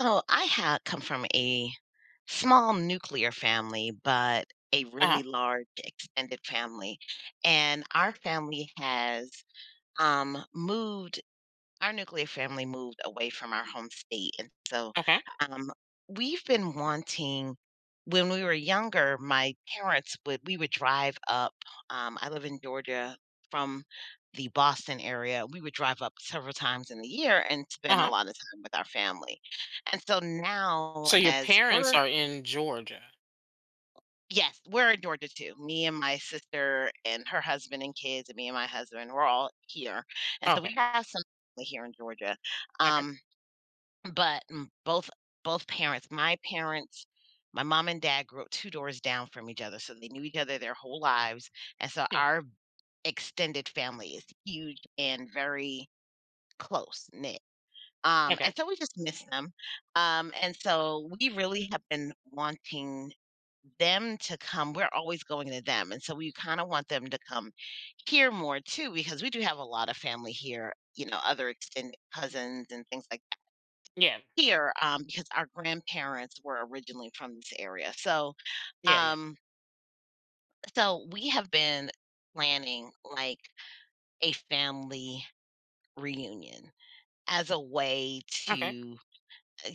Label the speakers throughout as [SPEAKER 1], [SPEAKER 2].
[SPEAKER 1] So I ha come from a small nuclear family, but a
[SPEAKER 2] Uh-huh.
[SPEAKER 1] really large extended family, and um, moved our nuclear family moved away from our home state, and so,
[SPEAKER 2] Okay.
[SPEAKER 1] um, we've been wanting when we were younger, my parents would we would drive up. I live in Georgia, from the Boston area. We would drive up several times in the year and spend a
[SPEAKER 2] Uh-huh.
[SPEAKER 1] lot of time with our family, and so now
[SPEAKER 2] So your
[SPEAKER 1] as
[SPEAKER 2] parents
[SPEAKER 1] we're
[SPEAKER 2] are in Georgia.
[SPEAKER 1] yes, we're in Georgia too. Me and my sister and her husband and kids and me and my husband, we're all here, and so
[SPEAKER 2] Okay.
[SPEAKER 1] we have some family here in Georgia,
[SPEAKER 2] Okay.
[SPEAKER 1] um but, both parents my mom and dad grew up 2 doors down from each other, so they knew each other their whole lives, and so
[SPEAKER 2] Oh,
[SPEAKER 1] our extended family is huge and very close-knit.
[SPEAKER 2] okay.
[SPEAKER 1] And so we just miss them. And so we really have been wanting them to come we're always going to them, and so we kinda want them to come here more too, because we do have a lot of family here, you know, other extended cousins and things like
[SPEAKER 2] Yeah.
[SPEAKER 1] here, because our grandparents were originally from this area. So,
[SPEAKER 2] Yeah. Yeah.
[SPEAKER 1] um, so we have been planning like a family reunion as a way
[SPEAKER 2] Okay.
[SPEAKER 1] to uh,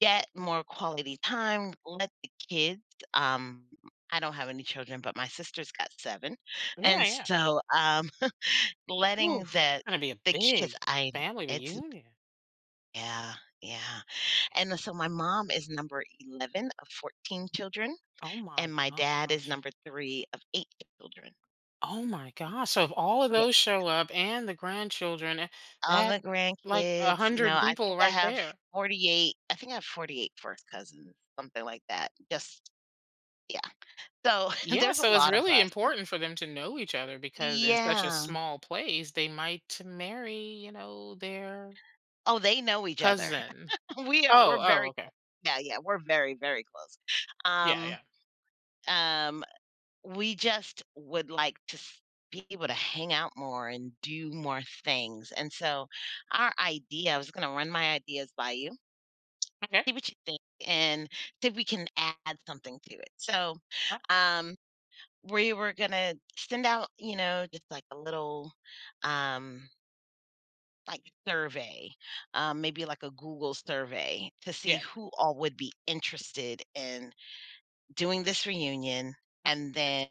[SPEAKER 1] get more quality time, let the kids. um, I don't have any children, but my sister's got seven.
[SPEAKER 2] Yeah.
[SPEAKER 1] And
[SPEAKER 2] Yeah.
[SPEAKER 1] so, letting
[SPEAKER 2] Oof.
[SPEAKER 1] the
[SPEAKER 2] It's gonna be a
[SPEAKER 1] the
[SPEAKER 2] big
[SPEAKER 1] kids,
[SPEAKER 2] family
[SPEAKER 1] it's,
[SPEAKER 2] reunion.
[SPEAKER 1] yeah, yeah. And so my mom is number 11 of 14 children.
[SPEAKER 2] Oh my
[SPEAKER 1] And my dad is
[SPEAKER 2] gosh.
[SPEAKER 1] number 3 of 8 children.
[SPEAKER 2] Oh my gosh. So if all of
[SPEAKER 1] Yeah,
[SPEAKER 2] those show up and the grandchildren, eh,
[SPEAKER 1] all
[SPEAKER 2] that
[SPEAKER 1] the
[SPEAKER 2] like a
[SPEAKER 1] grandkids, you know,
[SPEAKER 2] hundred
[SPEAKER 1] I
[SPEAKER 2] people
[SPEAKER 1] think I
[SPEAKER 2] right
[SPEAKER 1] have
[SPEAKER 2] there.
[SPEAKER 1] 48 first cousins, something like that, just yeah. So,
[SPEAKER 2] Yeah.
[SPEAKER 1] there's a
[SPEAKER 2] So it's
[SPEAKER 1] lot of
[SPEAKER 2] really
[SPEAKER 1] us.
[SPEAKER 2] important for them to know each other because in such a
[SPEAKER 1] Yeah.
[SPEAKER 2] small place, they might marry, you know, their
[SPEAKER 1] Oh, they know each other.
[SPEAKER 2] cousin.
[SPEAKER 1] We are
[SPEAKER 2] Oh.
[SPEAKER 1] we're
[SPEAKER 2] Oh.
[SPEAKER 1] very
[SPEAKER 2] Okay.
[SPEAKER 1] close. Yeah, yeah, we're very, very close.
[SPEAKER 2] Yeah. Yeah.
[SPEAKER 1] Um, um, we just would like to s be able to hang out more and do more things, and so our idea I was gonna run my ideas by you,
[SPEAKER 2] Okay.
[SPEAKER 1] see what you think and see if we can add something to it. So,
[SPEAKER 2] Uh,
[SPEAKER 1] um, we were gonna send out, just like a little, um, like survey, maybe like a Google survey to see
[SPEAKER 2] yeah.
[SPEAKER 1] who all would be interested in doing this reunion,
[SPEAKER 2] Uh,
[SPEAKER 1] and then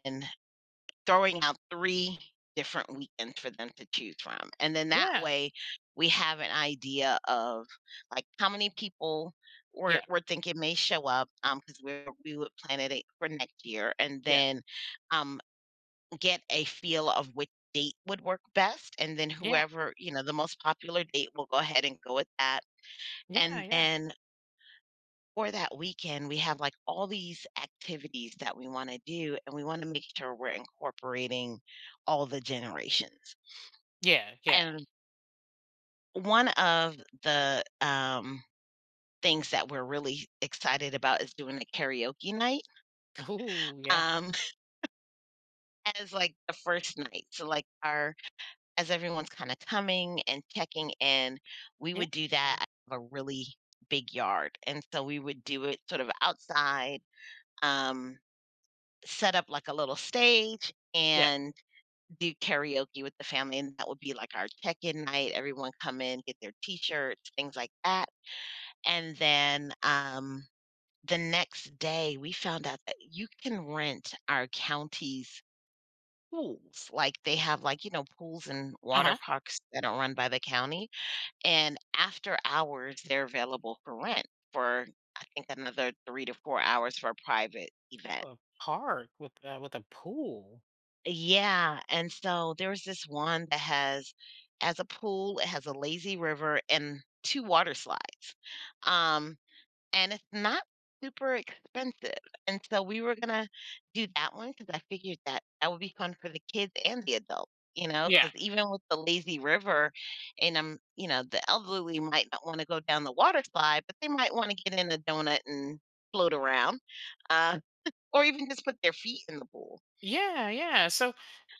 [SPEAKER 1] throwing out 3 different weekends for them to choose from, and then that
[SPEAKER 2] yeah.
[SPEAKER 1] way, we have an idea of, like, how many people we're
[SPEAKER 2] Yeah.
[SPEAKER 1] we're thinking may show up, because 'cause we would plan it for next year, and then, um, get a feel of which date would work best, and then
[SPEAKER 2] Yeah.
[SPEAKER 1] the most popular date, we'll go ahead and go with that,
[SPEAKER 2] Yeah. Yeah.
[SPEAKER 1] and
[SPEAKER 2] Yeah.
[SPEAKER 1] then for that weekend, we have like all these activities that we want to do, and we want to make sure we're incorporating all the generations.
[SPEAKER 2] Yeah. Yeah.
[SPEAKER 1] And one of the things that we're really excited about is doing a karaoke night,
[SPEAKER 2] Ooh. Yeah.
[SPEAKER 1] um, as like the first night. So, like, our as everyone's kind of coming and checking in, we
[SPEAKER 2] Yeah.
[SPEAKER 1] would do that. I have a really big yard, and so we would do it sort of outside. Um, Set up like a little stage
[SPEAKER 2] Yeah.
[SPEAKER 1] and do karaoke with the family, and that would be like our check-in night. Everyone come in, get their T-shirts, things like that. And then, the next day, we found out that you can rent our county's pools. Like, they have, like, you know, pools and
[SPEAKER 2] Uh
[SPEAKER 1] water
[SPEAKER 2] huh.
[SPEAKER 1] parks that are run by the county, and after hours, they're available for rent for, I think, another 3 to 4 hours for a private event.
[SPEAKER 2] A park with a pool.
[SPEAKER 1] Yeah, and so there's this one that has as a pool, it has a lazy river and 2 water slides. Um, and it's not super expensive, and so we were gonna do that one because I figured that that would be fun for the kids and the adults, you know,
[SPEAKER 2] Yeah.
[SPEAKER 1] because even with the lazy river and, the elderly might not wanna go down the water slide, but they might wanna get in a donut and float around, uh, or even just put their feet in the pool.
[SPEAKER 2] Yeah. Yeah. So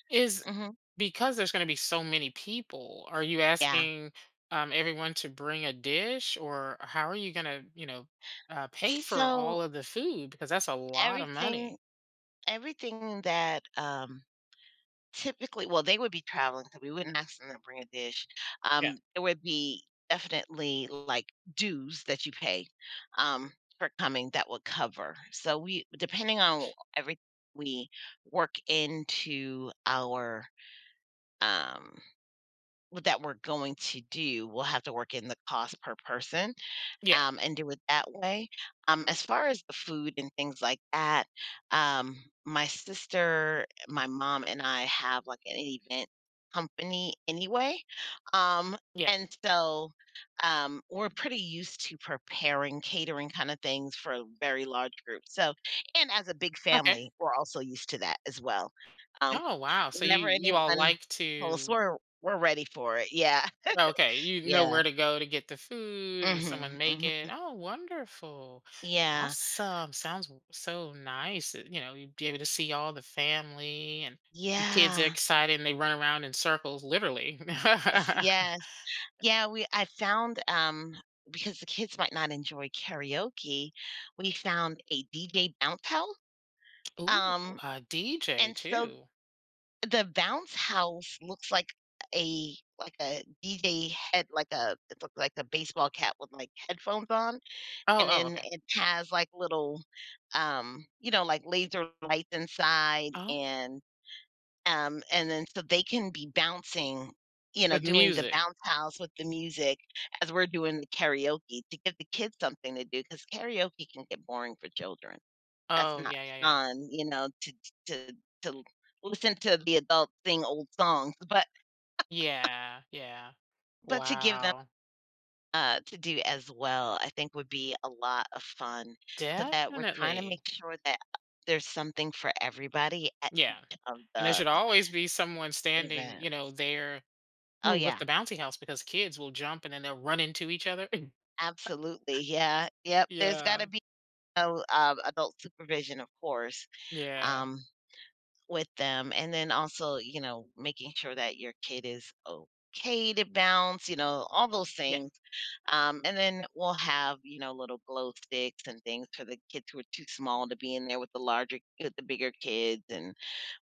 [SPEAKER 2] is
[SPEAKER 1] Mhm.
[SPEAKER 2] because there's going to be so many people. Are you
[SPEAKER 1] Yeah.
[SPEAKER 2] asking everyone to bring a dish, or how are you going to pay for
[SPEAKER 1] So
[SPEAKER 2] all of the food? Because that's a lot of
[SPEAKER 1] everything
[SPEAKER 2] money.
[SPEAKER 1] everything that, typically well, they would be traveling, so we wouldn't ask them to bring a dish.
[SPEAKER 2] Yeah.
[SPEAKER 1] There would be definitely, like, dues that you pay, um, for coming that would cover. So we depending on every we work into our, um, w that we're going to do, we'll have to work in the cost per person,
[SPEAKER 2] Yeah.
[SPEAKER 1] and do it that way. As far as the food and things like that, um, my sister, my mom, and I have like an event company anyway. Um,
[SPEAKER 2] Yeah.
[SPEAKER 1] and so we're pretty used to preparing catering kind of things for a very large group. So, and as a big
[SPEAKER 2] Okay.
[SPEAKER 1] family, we're also used to that as well. Um,
[SPEAKER 2] Oh wow. So you
[SPEAKER 1] Whenever
[SPEAKER 2] you all
[SPEAKER 1] anyone
[SPEAKER 2] like
[SPEAKER 1] calls,
[SPEAKER 2] to.
[SPEAKER 1] we're ready for it. Yeah.
[SPEAKER 2] Oh, okay, you know
[SPEAKER 1] Yeah.
[SPEAKER 2] where to go to get the food and someone
[SPEAKER 1] Hmm,
[SPEAKER 2] make
[SPEAKER 1] hmm.
[SPEAKER 2] it. Oh, wonderful.
[SPEAKER 1] Yeah.
[SPEAKER 2] Awesome. Sounds so nice. That, you know, you'd be able to see all the family and the kids are
[SPEAKER 1] Yeah.
[SPEAKER 2] excited and they run around in circles, literally.
[SPEAKER 1] S yes. Yeah, because the kids might not enjoy karaoke, we found a DJ bounce house.
[SPEAKER 2] Ooh,
[SPEAKER 1] um,
[SPEAKER 2] a DJ
[SPEAKER 1] and so
[SPEAKER 2] too.
[SPEAKER 1] the bounce house looks like a DJ head, like a it looks like a baseball cap with, like, headphones on,
[SPEAKER 2] Oh,
[SPEAKER 1] and
[SPEAKER 2] oh,
[SPEAKER 1] then
[SPEAKER 2] okay.
[SPEAKER 1] it has, like, little, like, laser lights inside.
[SPEAKER 2] Oh,
[SPEAKER 1] And And then so they can be bouncing,
[SPEAKER 2] with
[SPEAKER 1] doing the
[SPEAKER 2] music.
[SPEAKER 1] bounce house with the music as we're doing the karaoke, to give the kids something to do, because karaoke can get boring for children. That's
[SPEAKER 2] Oh,
[SPEAKER 1] not
[SPEAKER 2] yeah, yeah, yeah.
[SPEAKER 1] fun, you know, to to listen to the adults sing old songs, but
[SPEAKER 2] Yeah, yeah.
[SPEAKER 1] to give them
[SPEAKER 2] Wow.
[SPEAKER 1] to do as well, I think would be a lot of fun. So that we're trying to
[SPEAKER 2] Definitely.
[SPEAKER 1] make sure that there's something for everybody at
[SPEAKER 2] Yeah.
[SPEAKER 1] of
[SPEAKER 2] And there
[SPEAKER 1] the
[SPEAKER 2] should always be someone standing,
[SPEAKER 1] event.
[SPEAKER 2] you know, there.
[SPEAKER 1] Oh
[SPEAKER 2] Mm, with
[SPEAKER 1] yeah,
[SPEAKER 2] the bouncy house because kids will jump and then they'll run into each other.
[SPEAKER 1] absolutely, yeah, yep, there's
[SPEAKER 2] Yeah,
[SPEAKER 1] gotta be, no, adult supervision, of course,
[SPEAKER 2] yeah,
[SPEAKER 1] um, with them, and then also, you know, making sure that your kid is okay to bounce, you know, all those
[SPEAKER 2] yeah,
[SPEAKER 1] things, and then we'll have, little glow sticks and things for the kids who are too small to be in there with the larger with the bigger kids, and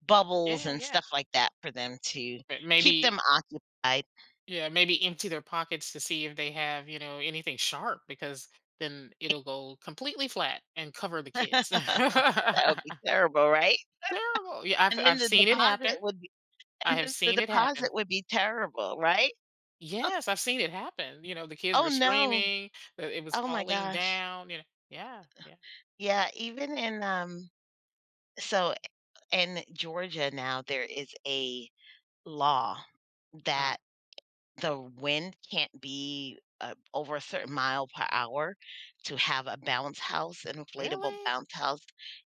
[SPEAKER 1] bubbles
[SPEAKER 2] yeah,
[SPEAKER 1] and
[SPEAKER 2] yeah.
[SPEAKER 1] stuff like that for them to
[SPEAKER 2] But
[SPEAKER 1] keep
[SPEAKER 2] maybe,
[SPEAKER 1] them occupied.
[SPEAKER 2] yeah, maybe empty their pockets to see if they have, you know, anything sharp because then it'll go completely flat and cover the kids.
[SPEAKER 1] That would be terrible, right?
[SPEAKER 2] Terrible. Yeah, I've
[SPEAKER 1] And then
[SPEAKER 2] I've
[SPEAKER 1] the
[SPEAKER 2] seen it
[SPEAKER 1] deposit
[SPEAKER 2] happen.
[SPEAKER 1] would
[SPEAKER 2] I
[SPEAKER 1] And
[SPEAKER 2] have
[SPEAKER 1] then the
[SPEAKER 2] seen it happen.
[SPEAKER 1] deposit would be terrible, right?
[SPEAKER 2] Yes, I've seen it happen. You know, the kids
[SPEAKER 1] Oh,
[SPEAKER 2] were
[SPEAKER 1] no.
[SPEAKER 2] screaming that it was
[SPEAKER 1] Oh my
[SPEAKER 2] falling
[SPEAKER 1] gosh.
[SPEAKER 2] down. You know, yeah, yeah.
[SPEAKER 1] Yeah, so in Georgia now, there is a law
[SPEAKER 2] uh
[SPEAKER 1] that the wind can't be, over a certain mile per hour, to have a bounce house, an inflatable
[SPEAKER 2] Really?
[SPEAKER 1] bounce house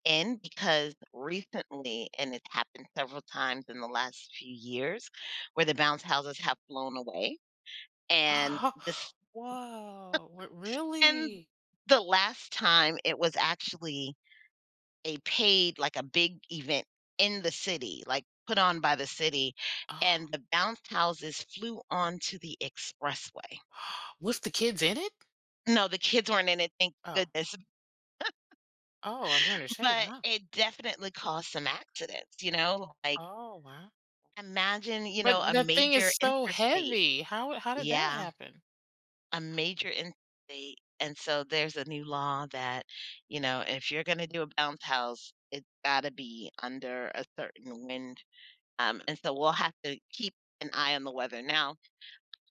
[SPEAKER 1] in, because recently, and it's happened several times in the last few years, where the bounce houses have flown away, and
[SPEAKER 2] Oh,
[SPEAKER 1] the
[SPEAKER 2] whoa, w
[SPEAKER 1] and
[SPEAKER 2] really?
[SPEAKER 1] the last time it was actually a paid like a big event in the city, like, put on by the city,
[SPEAKER 2] Oh,
[SPEAKER 1] and the bounce houses flew onto the expressway.
[SPEAKER 2] with the kids in it?
[SPEAKER 1] No, the kids weren't in it, thank
[SPEAKER 2] Oh,
[SPEAKER 1] goodness.
[SPEAKER 2] oh, I was gonna say,
[SPEAKER 1] But
[SPEAKER 2] wow.
[SPEAKER 1] it definitely caused some accidents, you know? Like,
[SPEAKER 2] Oh, wow.
[SPEAKER 1] imagine, you
[SPEAKER 2] But
[SPEAKER 1] know, a
[SPEAKER 2] that thing is
[SPEAKER 1] major
[SPEAKER 2] so
[SPEAKER 1] interstate.
[SPEAKER 2] heavy. How did that
[SPEAKER 1] Yeah.
[SPEAKER 2] happen?
[SPEAKER 1] A major in state, and so there's a new law that, if you're gonna do a bounce house, it's gotta be under a certain wind, and so we'll have to keep an eye on the weather. Now,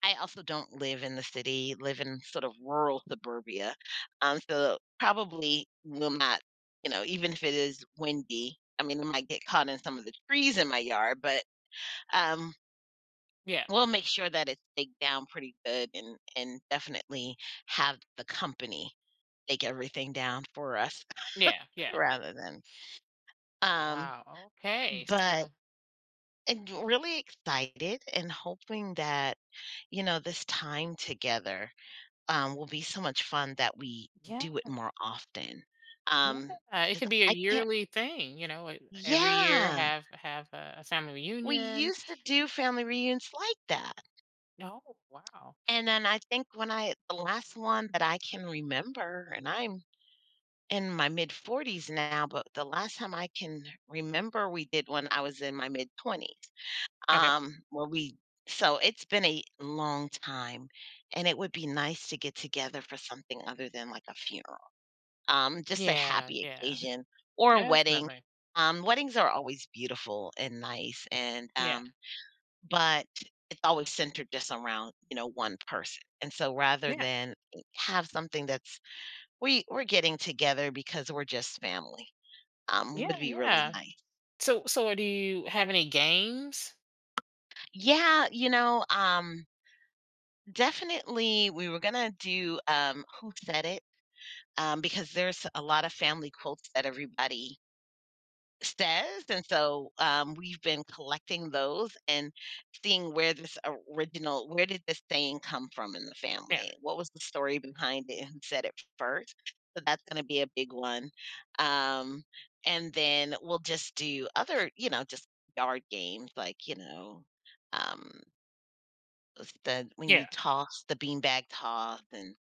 [SPEAKER 1] I also don't live in the city, live in sort of rural suburbia, so probably will not, even if it is windy, I mean, I might get caught in some of the trees in my yard, but, um,
[SPEAKER 2] Yeah,
[SPEAKER 1] we'll make sure that it's taken down pretty good, and definitely have the company take everything down for us,
[SPEAKER 2] yeah, yeah.
[SPEAKER 1] rather than, um,
[SPEAKER 2] Wow, okay,
[SPEAKER 1] but
[SPEAKER 2] so
[SPEAKER 1] and really excited and hoping that, this time together, will be so much fun that we
[SPEAKER 2] yeah,
[SPEAKER 1] do it more often.
[SPEAKER 2] yeah.
[SPEAKER 1] um
[SPEAKER 2] It could
[SPEAKER 1] Because
[SPEAKER 2] be a
[SPEAKER 1] I can't.
[SPEAKER 2] yearly thing, you know, e every year
[SPEAKER 1] Yeah,
[SPEAKER 2] have a family
[SPEAKER 1] we
[SPEAKER 2] reunion.
[SPEAKER 1] used to do family reunions like that,
[SPEAKER 2] Oh, wow.
[SPEAKER 1] and then I think when I the last one that I can remember, and I'm in my mid 40s now, but the last time I can remember we did one, I was in my mid 20s.
[SPEAKER 2] Okay.
[SPEAKER 1] Well, we so it's been a long time, and it would be nice to get together for something other than like a funeral, just a
[SPEAKER 2] Yeah,
[SPEAKER 1] happy
[SPEAKER 2] yeah,
[SPEAKER 1] occasion or a wedding.
[SPEAKER 2] definitely.
[SPEAKER 1] Weddings are always beautiful and nice, and
[SPEAKER 2] Yeah,
[SPEAKER 1] but it's always centered just around, you know, one person. And so rather
[SPEAKER 2] yeah,
[SPEAKER 1] than have something that's we're getting together because we're just family,
[SPEAKER 2] yeah,
[SPEAKER 1] would be really
[SPEAKER 2] yeah.
[SPEAKER 1] nice.
[SPEAKER 2] So do you have any games?
[SPEAKER 1] Yeah, definitely we were gonna do, who said it, because there's a lot of family quotes that everybody says. And so we've been collecting those and seeing where did this saying come from in the
[SPEAKER 2] Yeah.
[SPEAKER 1] family? What was the story behind it, and who said it first? So that's going to be a big one. Um, and then we'll just do other, you know, just yard games like, um, what's the when
[SPEAKER 2] Yeah.
[SPEAKER 1] you toss the beanbag toss and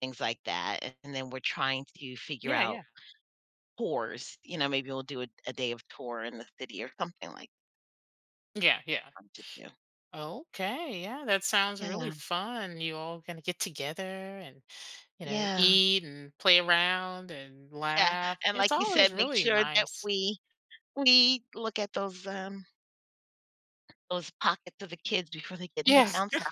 [SPEAKER 1] things like that. And then we're trying to figure
[SPEAKER 2] Yeah, yeah.
[SPEAKER 1] out tours, you know, maybe we'll do a day of tour in the city or something like
[SPEAKER 2] Yeah, yeah.
[SPEAKER 1] fun to do.
[SPEAKER 2] Okay, yeah, that sounds really
[SPEAKER 1] Yeah,
[SPEAKER 2] fun. You all gonna get together and, you know,
[SPEAKER 1] yeah,
[SPEAKER 2] eat and play around and
[SPEAKER 1] yeah,
[SPEAKER 2] laugh.
[SPEAKER 1] and
[SPEAKER 2] It's
[SPEAKER 1] like you
[SPEAKER 2] always
[SPEAKER 1] said, make
[SPEAKER 2] really
[SPEAKER 1] sure that
[SPEAKER 2] nice.
[SPEAKER 1] we look at those pockets of the kids before they get in that
[SPEAKER 2] Yeah.
[SPEAKER 1] bounce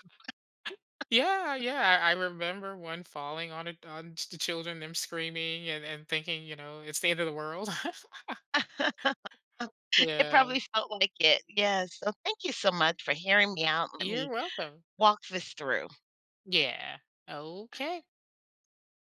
[SPEAKER 2] Yeah, yeah, I remember one falling on the children, them screaming and thinking, you know, it's the end of the world.
[SPEAKER 1] house. It
[SPEAKER 2] Yeah.
[SPEAKER 1] probably felt like it, yeah, so thank you so much for hearing me out, let
[SPEAKER 2] You're
[SPEAKER 1] me
[SPEAKER 2] welcome.
[SPEAKER 1] walk this through.
[SPEAKER 2] Yeah. Okay.